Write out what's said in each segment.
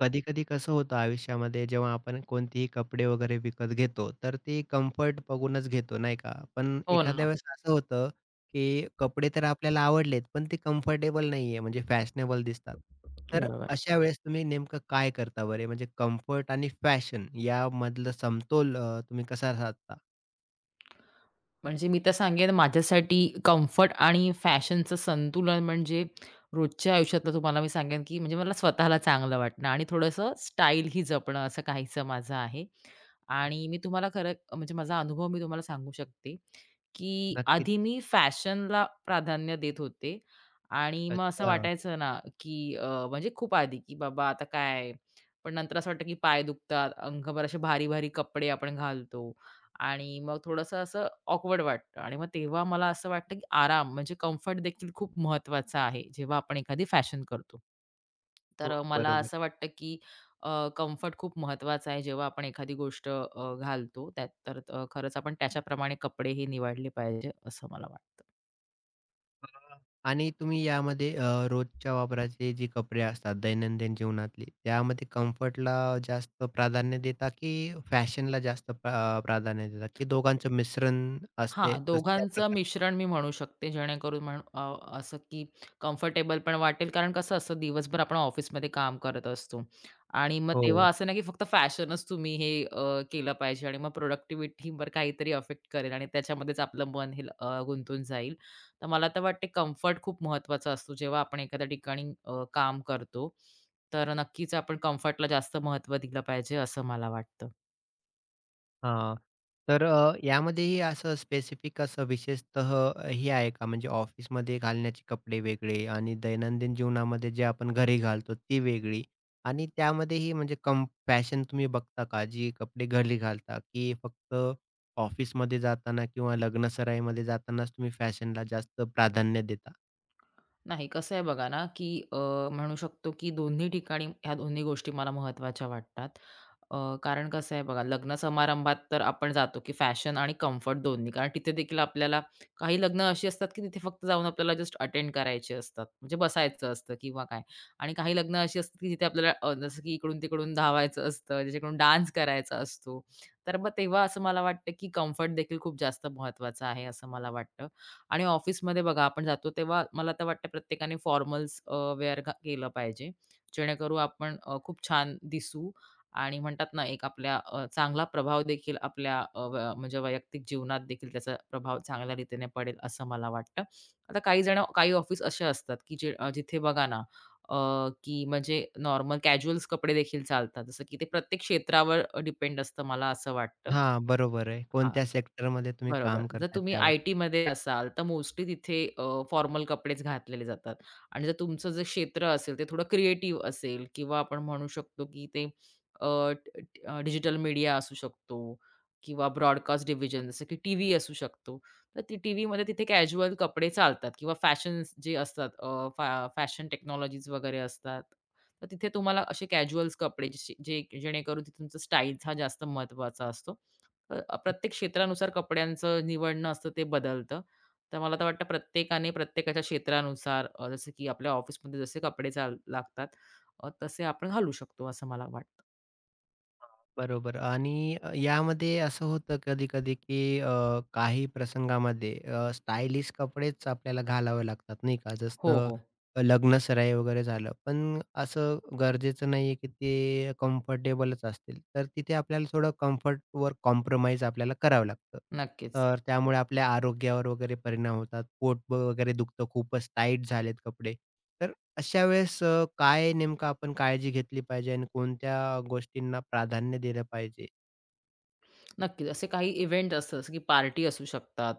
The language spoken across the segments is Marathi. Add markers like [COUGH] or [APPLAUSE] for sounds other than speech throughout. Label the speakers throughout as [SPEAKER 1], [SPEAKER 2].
[SPEAKER 1] कधी-कधी कसं होतं आयुष्यामध्ये जेव्हा आपण कोणतेही कपडे वगैरे विकत घेतो, तर ते कम्फर्ट बघूनच घेतो, नाही का? पण
[SPEAKER 2] हो
[SPEAKER 1] एखाद्या
[SPEAKER 2] ना,
[SPEAKER 1] वेळेस असं होतं, की कपडे तर आपल्याला आवडलेत, पण ते कम्फर्टेबल नाहीये, म्हणजे फॅशनेबल दिसतात. तर
[SPEAKER 2] बरोबर.
[SPEAKER 1] अशा वेळेस तुम्ही नेमकं काय करता बरे? म्हणजे कम्फर्ट आणि फॅशन यामधलं समतोल तुम्ही कसा साधता?
[SPEAKER 2] म्हणजे मी तर सांगेन माझ्यासाठी कम्फर्ट आणि फॅशनचं संतुलन म्हणजे रोजच्या आयुष्यातलं तुम्हाला मी सांगेन, की म्हणजे मला स्वतःला चांगलं वाटणं आणि थोडंसं स्टाईल ही जपणं असं काहीसं माझं आहे. आणि मी तुम्हाला खरं म्हणजे माझा अनुभव मी तुम्हाला सांगू शकते, की
[SPEAKER 1] नक्कीच.
[SPEAKER 2] आधी मी फॅशनला प्राधान्य देत होते आणि मग असं
[SPEAKER 1] अच्छा.
[SPEAKER 2] वाटायचं ना, की म्हणजे खूप आधी, की बाबा आता काय? पण नंतर असं वाटतं, की पाय दुखतात, अंगभर असे भारी-भारी कपडे आपण घालतो आणि मग थोडंसं असं ऑकवर्ड वाटतं आणि मग तेव्हा मला असं वाटतं, की आराम म्हणजे कम्फर्ट देखील खूप महत्वाचा आहे, जेव्हा आपण एखादी फॅशन करतो. तर
[SPEAKER 1] हो,
[SPEAKER 2] मला
[SPEAKER 1] बरोबर.
[SPEAKER 2] असं वाटतं, की अ, कम्फर्ट खूप महत्त्वाचा आहे जेव्हा आपण एखादी गोष्ट घालतो त्यात तर खरंच आपण त्याच्याप्रमाणे कपडेही निवडले पाहिजे, असं मला वाटतं.
[SPEAKER 1] हां. आणि तुम्ही यामध्ये रोजच्या वापराचे जे कपडे असतात दैनंदिन जीवनातले, त्यामध्ये कम्फर्टला जास्त प्राधान्य देता की फॅशनला जास्त प्राधान्य देता की दोघांचं मिश्रण असते
[SPEAKER 2] हां,
[SPEAKER 1] तसं त्या
[SPEAKER 2] दोघांचं
[SPEAKER 1] प्रकार
[SPEAKER 2] मिश्रण मी म्हणू शकते जेणेकरून असं की कम्फर्टेबल पण वाटेल. कारण कसं असतं दिवसभर आपण ऑफिसमध्ये काम करत असतो आणि मग तेव्हा
[SPEAKER 1] हो.
[SPEAKER 2] असं नाही की फक्त फॅशनच तुम्ही हे केलं पाहिजे आणि मग प्रोडक्टिव्हिटीवर काहीतरी अफेक्ट करेल आणि त्याच्यामध्येच आपलं मन हे गुंतून जाईल. तर मला तर वाटते कम्फर्ट खूप महत्त्वाचा असतो जेव्हा आपण एखाद्या ठिकाणी काम करतो. तर नक्कीच आपण कम्फर्टला जास्त महत्त्व दिलं पाहिजे असं मला वाटतं.
[SPEAKER 1] हां. तर यामध्येही असं स्पेसिफिक असं विशेषतः हे आहे का? म्हणजे ऑफिसमध्ये घालण्याचे कपडे वेगळे आणि दैनंदिन जीवनामध्ये जे आपण घरी घालतो ती वेगळी आणि त्यामध्येही म्हणजे फॅशन तुम्ही बघता का? जी कपडे घरी घालता की फक्त ऑफिसमध्ये जाताना किंवा लग्नसराईमध्ये जातानाच तुम्ही फॅशनला जास्त प्राधान्य देता?
[SPEAKER 2] नाही, कसं आहे बघा ना, की अ, म्हणू शकतो की दोन्ही ठिकाणी ह्या दोन्ही गोष्टी मला महत्त्वाच्या वाटतात. अ, कारण कसं आहे बघा, लग्न समारंभात तर आपण जातो की फॅशन आणि कम्फर्ट दोन्ही. कारण तिथे देखील आपल्याला काही लग्न अशी असतात की तिथे फक्त जाऊन आपल्याला जस्ट अटेंड करायचे असतात, म्हणजे बसायचं असतं किंवा काय. आणि काही लग्न अशी असतात की तिथे आपल्याला जसं की इकडून-तिकडून धावायचं असतं, ज्याच्याकडून डान्स करायचा असतो. तर मग तेव्हा असं मला वाटतं की कम्फर्ट देखील खूप जास्त महत्त्वाचा आहे, असं मला वाटतं. आणि ऑफिसमध्ये बघा आपण जातो तेव्हा मला तर वाटतं प्रत्येकाने फॉर्मल्स वेअर केलं पाहिजे. जेणेकरून आपण खूप छान दिसू आणि म्हणतात ना, एक आपल्या चांगला प्रभाव देखील आपल्या अ, व म्हणजे वैयक्तिक जीवनात देखील त्याचा प्रभाव चांगल्या रीतीने पडेल असं मला वाटतं. आता काही जण काही ऑफिस असे असतात, की जे जिथे बघा ना, अ, की म्हणजे नॉर्मल कॅज्युअल्स कपडे देखील चालतात. जसं की ते प्रत्येक क्षेत्रावर डिपेंड असतं मला असं वाटतं.
[SPEAKER 1] हां, बरोबर आहे.
[SPEAKER 2] हां.
[SPEAKER 1] कोणत्या सेक्टरमध्ये तुम्ही
[SPEAKER 2] बरोबर.
[SPEAKER 1] काम
[SPEAKER 2] जर
[SPEAKER 1] करताय
[SPEAKER 2] तुम्ही
[SPEAKER 1] त्यावर?
[SPEAKER 2] आय-टीमध्ये असाल, तर मोस्टली तिथे फॉर्मल कपडेच घातलेले जातात आणि जर तुमचं जे क्षेत्र असेल, ते थोडं क्रिएटिव्ह असेल किंवा आपण म्हणू शकतो, की ते डिजिटल मीडिया असू शकतो किंवा ब्रॉडकास्ट डिव्हिजन जसं की टीव्ही असू शकतो. तर ती टीव्हीमध्ये तिथे कॅज्युअल कपडे चालतात किंवा फॅशन्स जे असतात फॅशन टेक्नॉलॉजीज वगैरे असतात. तर तिथे तुम्हाला असे कॅज्युअल्स कपडे जसे- जे जेणेकरून तिथे तुमचा स्टाईलचा जास्त महत्त्वाचा असतो. प्रत्येक क्षेत्रानुसार कपड्यांचं निवडणं असतं ते बदलतं. तर मला तर वाटतं प्रत्येकाने प्रत्येकाच्या क्षेत्रानुसार जसं की आपल्या ऑफिसमध्ये जसे कपडे लागतात तसे आपण घालू शकतो असं मला वाटतं.
[SPEAKER 1] हां, बरोबर आणि यामध्ये असं होतं कधी-कधी, की काही प्रसंगामध्ये स्टायलिश कपडेच आपल्याला घालावे लागतात नाही का?
[SPEAKER 2] हो,
[SPEAKER 1] जसं
[SPEAKER 2] हो.
[SPEAKER 1] लग्नसराई वगैरे झालं. पण असं गरजेचं नाहीये, की ते कम्फर्टेबलच असतील. तर तिथे आपल्याला थोडं कम्फर्टवर कॉम्प्रोमाईज आपल्याला करावं लागतं.
[SPEAKER 2] नक्कीच.
[SPEAKER 1] तर त्यामुळे आपल्या आरोग्यावर वगैरे परिणाम होतात. पोट वगैरे दुखतं, खूपच टाईट झालेत कपडे. तर अशा वेळेस काय नेमकं आपण काळजी घेतली पाहिजे आणि कोणत्या गोष्टींना प्राधान्य दिलं पाहिजे?
[SPEAKER 2] नक्कीच. असे काही इव्हेंट असतात, जसं की पार्टी असू शकतात.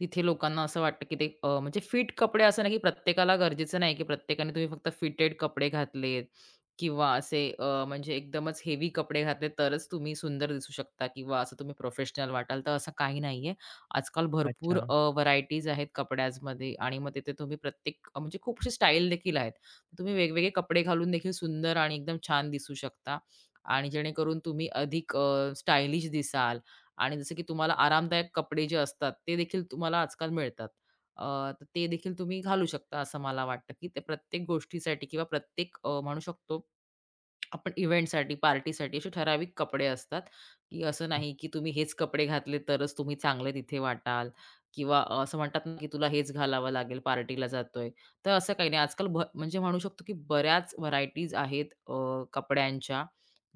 [SPEAKER 2] तिथे लोकांना असं वाटतं, की ते म्हणजे फिट कपडे असं नाही, की प्रत्येकाला गरजेचं नाही, की प्रत्येकाने तुम्ही फक्त फिटेड कपडे घातलेत किंवा असे म्हणजे एकदमच हेवी कपडे घातले तरच तुम्ही सुंदर दिसू शकता किंवा असं तुम्ही प्रोफेशनल वाटाल, तर असं काही नाहीये. आजकाल
[SPEAKER 1] अच्छा.
[SPEAKER 2] भरपूर व्हरायटीज आहेत कपड्यांमध्ये आणि मग तिथे तुम्ही प्रत्येक म्हणजे खूप स्टाईल देखील आहेत. तुम्ही वेगवेगळे कपडे घालून देखील सुंदर आणि एकदम छान दिसू शकता आणि जेणेकरून तुम्ही अधिक स्टायलिश दिसाल आणि जसं की तुम्हाला आरामदायक कपडे जे असतात, ते देखील तुम्हाला आजकाल मिळतात. अ, तर ते देखील तुम्ही घालू शकता असं मला वाटतं, की ते प्रत्येक गोष्टीसाठी किंवा प्रत्येक म्हणू शकतो आपण इव्हेंटसाठी, पार्टीसाठी असे ठराविक कपडे असतात, की असं
[SPEAKER 1] हं.
[SPEAKER 2] नाही की तुम्ही हेच कपडे घातले तरच तुम्ही चांगले तिथे वाटाल किंवा असं म्हणतात ना, की तुला हेच घालावं लागेल, पार्टीला जातोय. तर असं काही नाही. आजकाल म्हणजे म्हणू शकतो, की बऱ्याच व्हरायटीज आहेत कपड्यांच्या,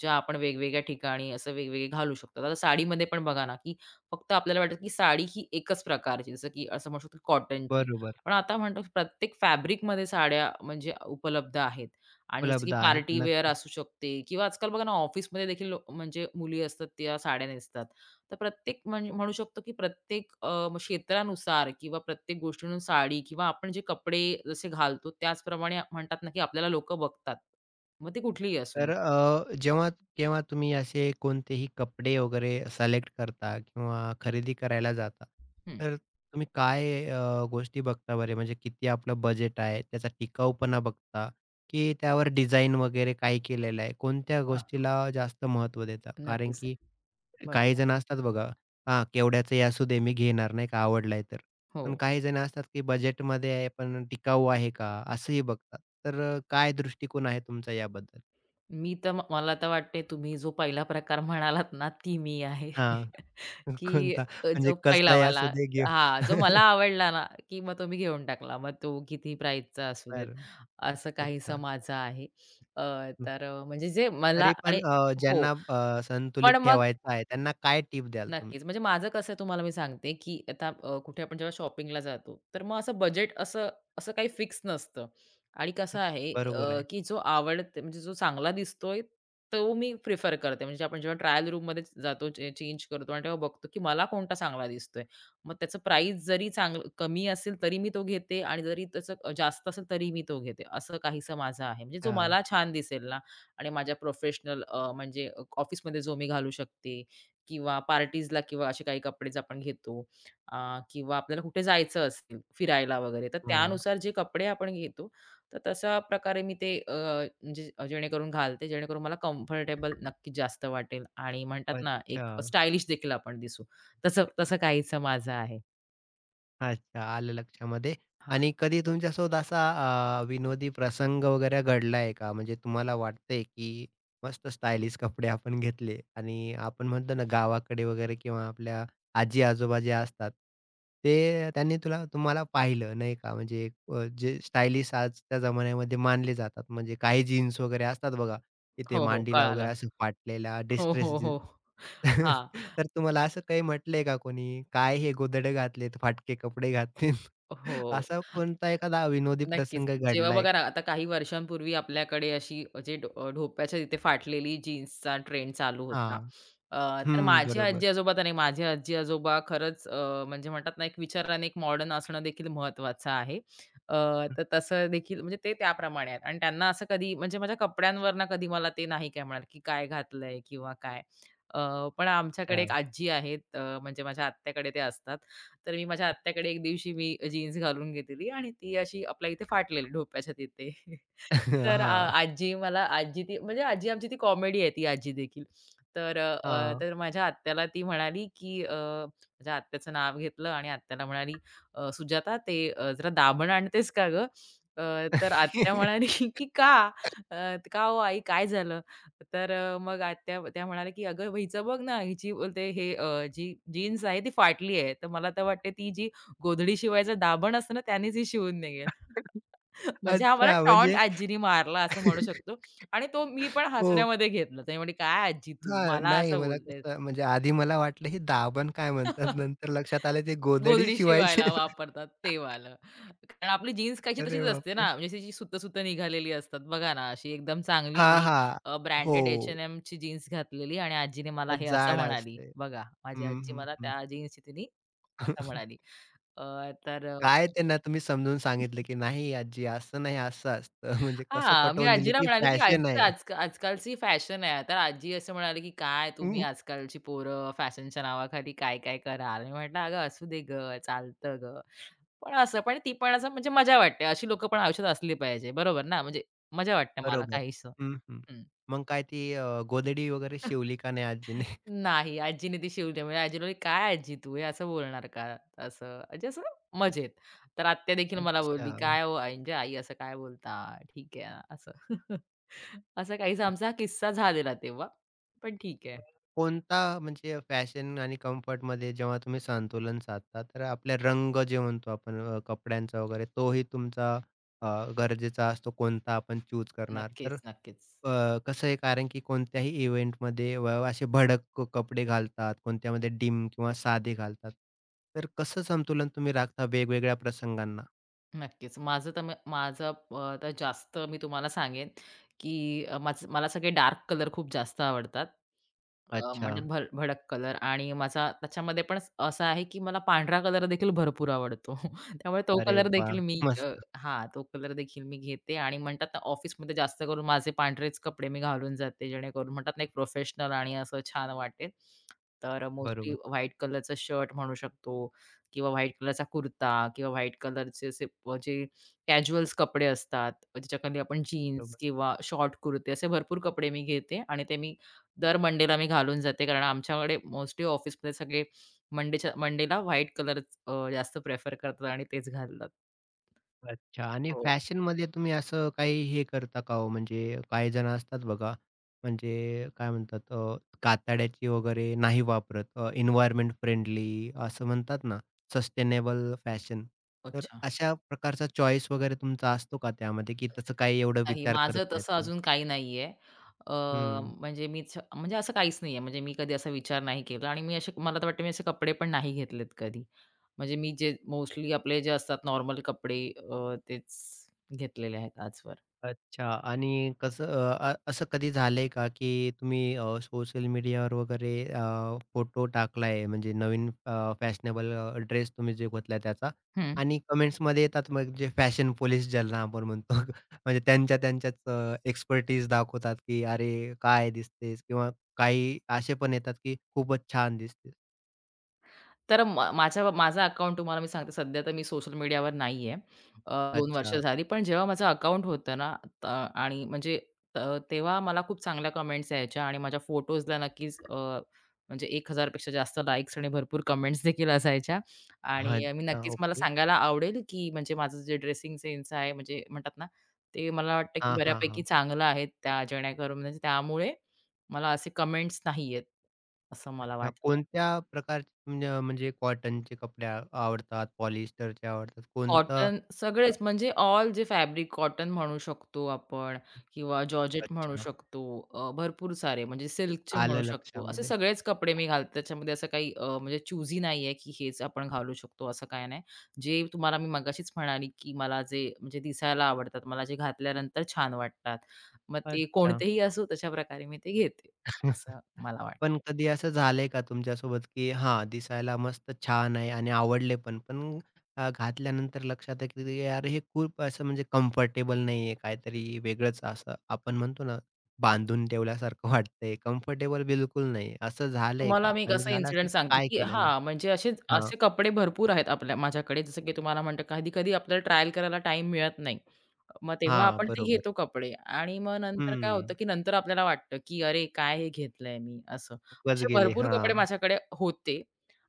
[SPEAKER 2] ज्या आपण वेगवेगळ्या ठिकाणी असं वेगवेगळे घालू शकतो. आता साडीमध्ये पण बघा ना, की फक्त आपल्याला वाटतं, की साडी ही एकच प्रकारची, जसं की असं म्हणू शकतो, कॉटनची.
[SPEAKER 1] बरोबर.
[SPEAKER 2] पण आता म्हणतो प्रत्येक फॅब्रिकमध्ये साड्या म्हणजे उपलब्ध आहेत. आणि जसं की
[SPEAKER 1] उपलब्ध आहेत.
[SPEAKER 2] पार्टी वेअर
[SPEAKER 1] नक्कीच.
[SPEAKER 2] असू शकते किंवा आजकाल बघा ना ऑफिसमध्ये देखील म्हणजे मुली असतात त्या साड्या नेसतात. तर प्रत्येक म्हणजे म्हणू शकतो की प्रत्येक अ, म क्षेत्रानुसार किंवा प्रत्येक गोष्टीनुसार साडी किंवा आपण जे कपडे जसे घालतो त्याचप्रमाणे म्हणतात ना की आपल्याला लोकं बघतात. मग ती कुठलीही असू दे.
[SPEAKER 1] तर जेव्हा केव्हा तुम्ही असे कोणतेही कपडे वगैरे सिलेक्ट करता किंवा खरेदी करायला जाता,
[SPEAKER 2] हं.
[SPEAKER 1] तर तुम्ही काय गोष्टी बघता बरे? म्हणजे किती आपलं बजेट आहे, त्याचा टिकाऊपणा बघता, की त्यावर डिझाइन वगैरे काय केलेलं आहे? कोणत्या
[SPEAKER 2] हां,
[SPEAKER 1] गोष्टीला जास्त महत्त्व देता? कारण
[SPEAKER 2] नक्कीच.
[SPEAKER 1] की काही
[SPEAKER 2] बरोबर.
[SPEAKER 1] जण असतात बघा, हां, केवड्याचंही असू दे मी घेणार नाही का आवडलाय तर.
[SPEAKER 2] हो.
[SPEAKER 1] पण काही जण असतात की बजेटमध्ये आहे पण टिकाऊ आहे का? असंही बघतात. तर काय दृष्टिकोन आहे तुमचा याबद्दल?
[SPEAKER 2] मला तर वाटते तुम्ही जो पहिला प्रकार म्हणालात ना, ती मी आहे.
[SPEAKER 1] हां,
[SPEAKER 2] [LAUGHS]
[SPEAKER 1] [LAUGHS]
[SPEAKER 2] की
[SPEAKER 1] कोणता? म्हणजे
[SPEAKER 2] जो
[SPEAKER 1] कसलाही
[SPEAKER 2] पहिलावाला
[SPEAKER 1] असू दे घेऊ.
[SPEAKER 2] हां, जो मला
[SPEAKER 1] [LAUGHS]
[SPEAKER 2] आवडला ना, की मग तो मी घेऊन टाकला. मग तो किती प्राईसचा असू देत,
[SPEAKER 1] बरं.
[SPEAKER 2] असं काहीसं
[SPEAKER 1] अच्छा.
[SPEAKER 2] माझं आहे. अ,
[SPEAKER 1] हं.
[SPEAKER 2] तर म्हणजे जे मला
[SPEAKER 1] तरी पण
[SPEAKER 2] आणि हो.
[SPEAKER 1] ज्यांना संतुलित
[SPEAKER 2] पण मग
[SPEAKER 1] ठेवायचं आहे त्यांना काय टिप द्याल तुम्ही?
[SPEAKER 2] नक्कीच. म्हणजे माझं कसं आहे तुम्हाला मी सांगते, की आता कुठे आपण जेव्हा शॉपिंगला जातो, तर मग असं बजेट असं असं काही फिक्स नसतं आणि कसं
[SPEAKER 1] हं,
[SPEAKER 2] आहे
[SPEAKER 1] बरोबर आहे.
[SPEAKER 2] की जो आवडते म्हणजे जो चांगला दिसतोय, तो मी प्रिफर करते. म्हणजे आपण जेव्हा ट्रायल रूममध्ये जातो, चेंज करतो आणि तेव्हा बघतो, की मला कोणता चांगला दिसतोय. मग त्याचं प्राईस जरी चांगलं कमी असेल तरी मी तो घेते आणि जरी त्याचं जास्त असेल तरी मी तो घेते. असं काहीसं माझं आहे. म्हणजे जो
[SPEAKER 1] हां,
[SPEAKER 2] मला छान दिसेल ना आणि माझ्या प्रोफेशनल म्हणजे ऑफिसमध्ये जो मी घालू शकते किंवा पार्टीजला किंवा असे काही कपडेच आपण घेतो अ, किंवा आपल्याला कुठे जायचं असेल फिरायला वगैरे, तर
[SPEAKER 1] हां.
[SPEAKER 2] त्यानुसार जे कपडे आपण घेतो, तर तशा प्रकारे मी ते म्हणजे जेणेकरून घालते, जेणेकरून मला कम्फर्टेबल नक्कीच जास्त वाटेल आणि म्हणतात ना,
[SPEAKER 1] अच्छा.
[SPEAKER 2] एक स्टायलिश देखील आपण दिसू. तसं तसं काहीसं माझं आहे.
[SPEAKER 1] अच्छा. आलं लक्षामध्ये
[SPEAKER 2] हां.
[SPEAKER 1] आणि कधी तुमच्यासोबत असा विनोदी प्रसंग वगैरे घडलाय का? म्हणजे तुम्हाला वाटतंय, की मस्त स्टायलिश कपडे आपण घेतले आणि आपण म्हणतो ना गावाकडे वगैरे किंवा आपल्या आजी-आजोबा जे असतात, ते त्यांनी तुला तुम्हाला पाहिलं नाही का? म्हणजे जे स्टायलिश आजच्या जमान्यामध्ये मानले जातात. म्हणजे काही जीन्स वगैरे असतात बघा, तिथे
[SPEAKER 2] हो, हो.
[SPEAKER 1] मांडीला
[SPEAKER 2] कळालं.
[SPEAKER 1] वगैरे असं फाटलेला
[SPEAKER 2] हो,
[SPEAKER 1] डिस्ट्रेस
[SPEAKER 2] हो,
[SPEAKER 1] जीन्स.
[SPEAKER 2] हो.
[SPEAKER 1] [LAUGHS]
[SPEAKER 2] हां.
[SPEAKER 1] तर तुम्हाला असं काही म्हटलंय का कोणी? काय हे गोधडे घातलेत, फाटके कपडे घातलेत? [LAUGHS]
[SPEAKER 2] हो.
[SPEAKER 1] असा कोणता एखादा विनोदी
[SPEAKER 2] नक्कीच.
[SPEAKER 1] प्रसंग
[SPEAKER 2] जेव्हा
[SPEAKER 1] घडलाय?
[SPEAKER 2] बघा ना, आता काही वर्षांपूर्वी आपल्याकडे अशी जे ढोप्याच्या तिथे फाटलेली जीन्सचा ट्रेंड चालू होता.
[SPEAKER 1] हां.
[SPEAKER 2] अ, तर
[SPEAKER 1] हं,
[SPEAKER 2] माझी
[SPEAKER 1] बरोबर.
[SPEAKER 2] आजी-आजोबा तर नाही, माझे आजी-आजोबा खरंच म्हणजे म्हणतात ना, एक विचाराने एक मॉडर्न असणं देखील महत्त्वाचं आहे. अ, तर तसं देखील म्हणजे ते त्याप्रमाणे आहेत आणि त्यांना असं कधी म्हणजे माझ्या कपड्यांवरनं कधी मला ते नाही काय म्हणाले, की काय घातलंय किंवा काय. अ, पण आमच्याकडे
[SPEAKER 1] अच्छा.
[SPEAKER 2] एक आजी आहेत म्हणजे माझ्या आत्याकडे ते असतात. तर मी माझ्या आत्याकडे एक दिवशी मी जीन्स घालून गेलेली आणि ती अशी आपल्या इथे फाटलेली डोक्याच्या तिथे. [LAUGHS]
[SPEAKER 1] [LAUGHS]
[SPEAKER 2] तर
[SPEAKER 1] हां,
[SPEAKER 2] आजी मला आजी ती म्हणजे आजी आमची ती कॉमेडी आहे ती आजी देखील. तर अ,
[SPEAKER 1] हां.
[SPEAKER 2] तर माझ्या आत्याला ती म्हणाली, की माझ्या आत्याचं नाव घेतलं आणि आत्याला म्हणाली, सुजाता ते जरा दाभण आणतेस का गं?" अ, तर आत्या
[SPEAKER 1] [LAUGHS]
[SPEAKER 2] म्हणाली, [LAUGHS] "की का? का हो आई काय झालं?" तर मग आत्या त्या म्हणाल्या, की "अगं हिचं बघ ना, हिची बोलते हे जी जीन्स आहे ती फाटली आहे." तर मला तर वाटते ती जी गोधडी शिवायचं दाभण असतं ना त्यानेच ही शिवून निघेल. [LAUGHS] म्हणजे हा मला
[SPEAKER 1] अच्छा,
[SPEAKER 2] टॉन्ट
[SPEAKER 1] म्हणजे
[SPEAKER 2] आजीनी मारला असं म्हणू
[SPEAKER 1] [LAUGHS]
[SPEAKER 2] शकतो आणि तो मी पण
[SPEAKER 1] हो.
[SPEAKER 2] हसण्यामध्ये घेतला. तर "काय आजी तू
[SPEAKER 1] हां,
[SPEAKER 2] मला
[SPEAKER 1] नाही
[SPEAKER 2] असं
[SPEAKER 1] मला
[SPEAKER 2] बोलतेस?"
[SPEAKER 1] कसं म्हणजे आधी मला वाटलं हे दाबण काय म्हणतात?
[SPEAKER 2] [LAUGHS]
[SPEAKER 1] नंतर लक्षात आलं ते गोधडी
[SPEAKER 2] गोधडी
[SPEAKER 1] शिवायचे.
[SPEAKER 2] शिवायला वापरतात
[SPEAKER 1] [LAUGHS]
[SPEAKER 2] ते वालं. कारण आपली जीन्स कायची तशीच
[SPEAKER 1] अरे
[SPEAKER 2] असते ना,
[SPEAKER 1] बापरे!
[SPEAKER 2] म्हणजे त्याची सुतं-सुतं निघालेली असतात. बघा ना, अशी एकदम चांगली
[SPEAKER 1] हां,
[SPEAKER 2] मी
[SPEAKER 1] हां. हो.
[SPEAKER 2] ब्रँडेड H&Mची जीन्स घातलेली आणि आजीने मला हे असं
[SPEAKER 1] जाड
[SPEAKER 2] म्हणाली.
[SPEAKER 1] असते.
[SPEAKER 2] बघा, माझी
[SPEAKER 1] हं,
[SPEAKER 2] आजी
[SPEAKER 1] हं,
[SPEAKER 2] मला
[SPEAKER 1] हं.
[SPEAKER 2] त्या जीन्सची तिने असं
[SPEAKER 1] [LAUGHS]
[SPEAKER 2] म्हणाली. अ, तर
[SPEAKER 1] काय त्यांना तुम्ही समजून सांगितलं, की "नाही आजी असं नाही, असं असतं." [LAUGHS] म्हणजे कसं
[SPEAKER 2] हां, मी
[SPEAKER 1] पटवून दिलं,
[SPEAKER 2] आजीला
[SPEAKER 1] की
[SPEAKER 2] म्हणाली, की
[SPEAKER 1] फॅशन
[SPEAKER 2] "आजी
[SPEAKER 1] आहे.
[SPEAKER 2] आजकालची फॅशन आहे." तर आजी असं म्हणाली, की "काय तुम्ही
[SPEAKER 1] हं,
[SPEAKER 2] आजकालची पोरं फॅशनच्या नावाखाली काय, काय कराल?" मी म्हटलं, "अगं असू दे गं, चालतं गं." पण असं पण ती पण असं म्हणजे मजा वाटते. अशी लोकं पण आयुष्यात असली पाहिजे. बरोबर ना? म्हणजे मजा वाटते मला
[SPEAKER 1] बरोबर.
[SPEAKER 2] काहीसं.
[SPEAKER 1] हं, हं.
[SPEAKER 2] हं.
[SPEAKER 1] मग काय ती गोधडी वगैरे शिवली का नाही आजीने?
[SPEAKER 2] नाही, आजीने ती शिवली. म्हणजे आजी बोलली, "काय आजी तू हे असं बोलणार का?" असं म्हणजे असं मजेत. तर आत्या देखील
[SPEAKER 1] [LAUGHS]
[SPEAKER 2] मला बोलली,
[SPEAKER 1] अच्छा.
[SPEAKER 2] "काय हो म्हणजे आई असं काय बोलता? ठीक आहे." असं. [LAUGHS] असा काहीसा आमचा हा किस्सा झालेला तेव्हा. पण ठीक आहे.
[SPEAKER 1] कोणता म्हणजे फॅशन आणि कम्फर्टमध्ये जेव्हा तुम्ही संतुलन साधता, तर आपले रंग जे म्हणतो आपण कपड्यांचा वगैरे तोही तुमचा अ, गरजेचा असतो कोणता आपण चूज करणार. तर
[SPEAKER 2] नक्कीच, नक्कीच.
[SPEAKER 1] कसं आहे कारण की कोणत्याही इव्हेंटमध्ये व असे भडक कपडे घालतात, कोणत्यामध्ये डिम किंवा साधे घालतात. तर कसं संतुलन तुम्ही राखता वेगवेगळ्या प्रसंगांना?
[SPEAKER 2] नक्कीच. माझं तर जास्त मी तुम्हाला सांगेन, की माझं मला सगळे डार्क कलर खूप जास्त आवडतात.
[SPEAKER 1] अच्छा.
[SPEAKER 2] म्हणजे भडक कलर आणि माझा त्याच्यामध्ये पण असा आहे, की मला पांढरा कलर देखील भरपूर आवडतो. [LAUGHS] त्यामुळे तो
[SPEAKER 1] अरे
[SPEAKER 2] कलर देखील
[SPEAKER 1] वाह!
[SPEAKER 2] मी
[SPEAKER 1] मस्त.
[SPEAKER 2] हां, तो कलर देखील मी घेते आणि म्हणतात ना, ऑफिसमध्ये जास्त करून माझे पांढरेच कपडे मी घालून जाते, जेणेकरून म्हणतात ना, एक प्रोफेशनल आणि असं छान वाटेल. तर मोस्टली
[SPEAKER 1] बरोबर,
[SPEAKER 2] व्हाईट कलरचं शर्ट म्हणू शकतो किंवा व्हाईट कलरचा कुर्ता किंवा व्हाईट कलरचे असे जे कॅज्युअल्स कपडे असतात, ज्याच्याखाली आपण जीन्स
[SPEAKER 1] बरोबर.
[SPEAKER 2] किंवा शॉर्ट कुर्ते असे भरपूर कपडे मी घेते आणि ते मी दर मंडेला मी घालून जाते. कारण आमच्याकडे मोस्टली ऑफिसमध्ये सगळे मंडेच्या मंडेला व्हाईट कलर जास्त प्रेफर करतात आणि तेच घालतात.
[SPEAKER 1] अच्छा आणि
[SPEAKER 2] हो.
[SPEAKER 1] फॅशनमध्ये तुम्ही असं काही हे करता का हो? म्हणजे काही जण असतात बघा, म्हणजे काय म्हणतात कातड्याची वगैरे नाही वापरत फ्रेंडली असं म्हणतात ना, सस्टेनेबल फॅशन. तर
[SPEAKER 2] अच्छा.
[SPEAKER 1] अशा प्रकारचा चॉईस वगैरे तुमचा असतो का त्यामध्ये, की तसं काही एवढं
[SPEAKER 2] नाही,
[SPEAKER 1] विचार करत
[SPEAKER 2] माझं
[SPEAKER 1] नाहीत
[SPEAKER 2] तसं
[SPEAKER 1] तुम्ही?
[SPEAKER 2] अजून काही नाहीये. अ, म्हणजे मीच म्हणजे असं काहीच नाहीये. म्हणजे मी कधी असा विचार नाही केला आणि मी असे मला तर वाटतं मी असे कपडे पण नाही घेतलेत कधी. म्हणजे मी जे मोस्टली आपले जे असतात नॉर्मल कपडे तेच घेतलेले आहेत आजवर.
[SPEAKER 1] अच्छा आणि कसं अ, अ, असं कधी झालंय का, की तुम्ही सोशल मीडियावर वगैरे फोटो टाकलाय म्हणजे नवीन फॅशनेबल ड्रेस तुम्ही जे घेतला त्याचा
[SPEAKER 2] हं.
[SPEAKER 1] आणि कमेंट्समध्ये येतात मग जे फॅशन पोलिस ज्यांना आपण म्हणतो [LAUGHS] म्हणजे त्यांच्याच एक्सपर्टीज दाखवतात, की "अरे काय दिसतेस?" किंवा काही असे पण येतात, की "खूपच छान दिसतेस."
[SPEAKER 2] तर माझ्या माझा अकाउंट तुम्हाला मी सांगते सध्या तर मी सोशल मीडियावर नाहीये. दोन वर्ष
[SPEAKER 1] अच्छा.
[SPEAKER 2] झाली. पण जेव्हा माझं अकाउंट होतं ना त आणि त तेव्हा मला खूप चांगल्या कमेंट्स यायच्या आणि माझ्या फोटोजला नक्कीच म्हणजे 1,000 पेक्षा जास्त लाइक्स आणि भरपूर कमेंट्स देखील असायच्या आणि मी
[SPEAKER 1] अच्छा.
[SPEAKER 2] नक्कीच मला
[SPEAKER 1] ओके.
[SPEAKER 2] सांगायला आवडेल, की म्हणजे माझं जे ड्रेसिंग सेन्स आहे म्हणजे म्हणतात ना, ते मला वाटतं की
[SPEAKER 1] हां, हां,
[SPEAKER 2] बऱ्यापैकी
[SPEAKER 1] हां.
[SPEAKER 2] चांगलं आहे त्या जेणेकरून म्हणजे त्यामुळे मला असे कमेंट्स नाही येत, असं मला
[SPEAKER 1] अच्छा,
[SPEAKER 2] वाटतं.
[SPEAKER 1] कोणत्या प्रकारचे म्हणजे म्हणजे कॉटनचे कपडे आवडतात, पॉलिएस्टरचे आवडतात, कोणतं
[SPEAKER 2] कॉटन सगळेच म्हणजे ऑल जे फॅब्रिक कॉटन म्हणू शकतो आपण किंवा जॉर्जेट म्हणू
[SPEAKER 1] अच्छा,
[SPEAKER 2] शकतो. भरपूर सारे म्हणजे सिल्कचे म्हणू
[SPEAKER 1] आलं
[SPEAKER 2] शकतो. असे
[SPEAKER 1] लक्षामध्ये.
[SPEAKER 2] सगळेच कपडे मी घालते. त्याच्यामध्ये असं काही म्हणजे चूझी नाहीये, की हेच आपण घालू शकतो असं काही नाही. जे तुम्हाला मी मगाशीच म्हणाली, की मला जे म्हणजे दिसायला आवडतात, मला जे घातल्यानंतर छान वाटतात. मग ते
[SPEAKER 1] अच्छा.
[SPEAKER 2] कोणतेही असो तशा प्रकारे मी ते घेते, असं
[SPEAKER 1] [LAUGHS]
[SPEAKER 2] मला वाटतं.
[SPEAKER 1] पण कधी असं झालंय का तुमच्यासोबत, की हां, दिसायला मस्त छान आहे आणि आवडले पण, पण घातल्यानंतर लक्षात आहे, की यार हे खूप असं म्हणजे कम्फर्टेबल नाहीये, काहीतरी वेगळंच असं आपण म्हणतो ना, बांधून ठेवल्यासारखं वाटतंय, कम्फर्टेबल बिलकुल नाही. असं झालंय का?
[SPEAKER 2] तुम्हाला मी एक
[SPEAKER 1] आणि
[SPEAKER 2] असा
[SPEAKER 1] झालं
[SPEAKER 2] इन्सिडेंट
[SPEAKER 1] असेल तर
[SPEAKER 2] सांगते,
[SPEAKER 1] काय
[SPEAKER 2] की
[SPEAKER 1] केल्यानं?
[SPEAKER 2] हां, म्हणजे असे
[SPEAKER 1] हां,
[SPEAKER 2] असे कपडे भरपूर आहेत आपल्या माझ्याकडे. जसं की तुम्हाला म्हणतो कधी-कधी आपल्याला ट्रायल करायला टाइम मिळत नाही. मग तेव्हा
[SPEAKER 1] हां,
[SPEAKER 2] आपण ते
[SPEAKER 1] बरोबर.
[SPEAKER 2] घेतो कपडे आणि मग नंतर काय होतं,
[SPEAKER 1] हं.
[SPEAKER 2] की नंतर आपल्याला वाटतं, की "अरे, काय हे घेतलंय मी?" असं.
[SPEAKER 1] खूपच
[SPEAKER 2] असे
[SPEAKER 1] गेले.
[SPEAKER 2] भरपूर कपडे
[SPEAKER 1] हां.
[SPEAKER 2] माझ्याकडे होते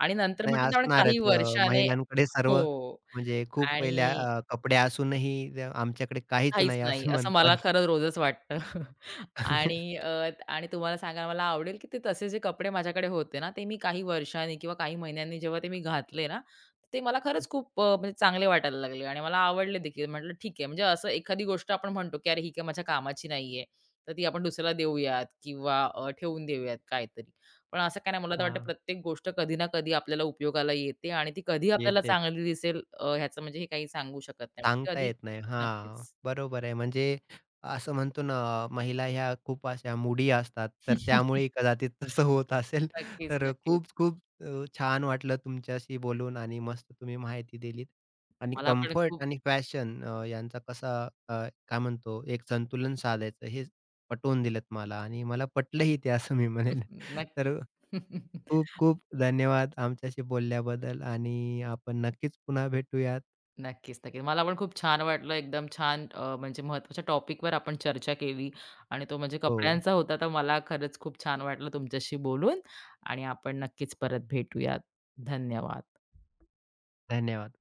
[SPEAKER 2] आणि नंतर
[SPEAKER 1] नाही
[SPEAKER 2] म्हटलं तर आपण
[SPEAKER 1] असणारच.
[SPEAKER 2] काही वर्षाने
[SPEAKER 1] महिलांकडे सर्व
[SPEAKER 2] हो
[SPEAKER 1] म्हणजे खूप पहिल्या
[SPEAKER 2] आणि
[SPEAKER 1] कपडे असूनही त्या आमच्याकडे काहीच
[SPEAKER 2] काहीच
[SPEAKER 1] नाही
[SPEAKER 2] नाही,
[SPEAKER 1] असं
[SPEAKER 2] असं मला
[SPEAKER 1] म्हणतात.
[SPEAKER 2] खरंच रोजच वाटतं. [LAUGHS] आणि
[SPEAKER 1] [LAUGHS]
[SPEAKER 2] आणि तुम्हाला सांगायला मला आवडेल, की ते तसे जे कपडे माझ्याकडे होते ना, ते मी काही वर्षांनी किंवा काही महिन्यांनी जेव्हा ते मी घातले ना, ते मला खरंच खूप म्हणजे चांगले वाटायला लागले आणि मला आवडले देखील. म्हटलं ठीक आहे, म्हणजे असं एखादी गोष्ट आपण म्हणतो, की अरे ही काही माझ्या कामाची नाहीये, तर ती आपण दुसऱ्याला देऊयात किंवा ठेवून देऊयात काहीतरी. पण असं काय नाही, मला तर वाटतं
[SPEAKER 1] हां.
[SPEAKER 2] प्रत्येक गोष्ट कधी ना कधी आपल्याला उपयोगाला येते आणि ती कधी आपल्याला
[SPEAKER 1] येतेच.
[SPEAKER 2] चांगली दिसेल अ, ह्याचं म्हणजे हे काही सांगू शकत नाही.
[SPEAKER 1] सांगता
[SPEAKER 2] कधी
[SPEAKER 1] येत नाही.
[SPEAKER 2] नक्कीच.
[SPEAKER 1] हां, बरोबर आहे. म्हणजे असं म्हणतो ना, महिला ह्या खूप अशा मुडी असतात, तर त्यामुळे कदाचित तसं होत असेल.
[SPEAKER 2] नक्कीच,
[SPEAKER 1] तर
[SPEAKER 2] नक्कीच.
[SPEAKER 1] खूप-खूप छान वाटलं तुमच्याशी बोलून आणि मस्त तुम्ही माहिती दिलीत. आणि
[SPEAKER 2] मला पण
[SPEAKER 1] कम्फर्ट
[SPEAKER 2] खूप
[SPEAKER 1] आणि फॅशन यांचा कसा अ, काय म्हणतो एक संतुलन साधायचं हे पटवून दिलंत मला आणि मला पटलंही ते असं मी म्हणेन.
[SPEAKER 2] [LAUGHS] नक्कीच.
[SPEAKER 1] तर
[SPEAKER 2] [LAUGHS]
[SPEAKER 1] खूप-खूप धन्यवाद आमच्याशी बोलल्याबद्दल आणि आपण नक्कीच पुन्हा भेटूयात.
[SPEAKER 2] नक्कीच, नक्कीच. मला पण खूप छान वाटलं. एकदम छान म्हणजे महत्त्वाच्या टॉपिकवर आपण चर्चा केली आणि तो म्हणजे
[SPEAKER 1] हो,
[SPEAKER 2] कपड्यांचा होता. तर मला खरंच खूप छान वाटलं तुमच्याशी बोलून आणि आपण नक्कीच परत भेटूयात. धन्यवाद.
[SPEAKER 1] धन्यवाद.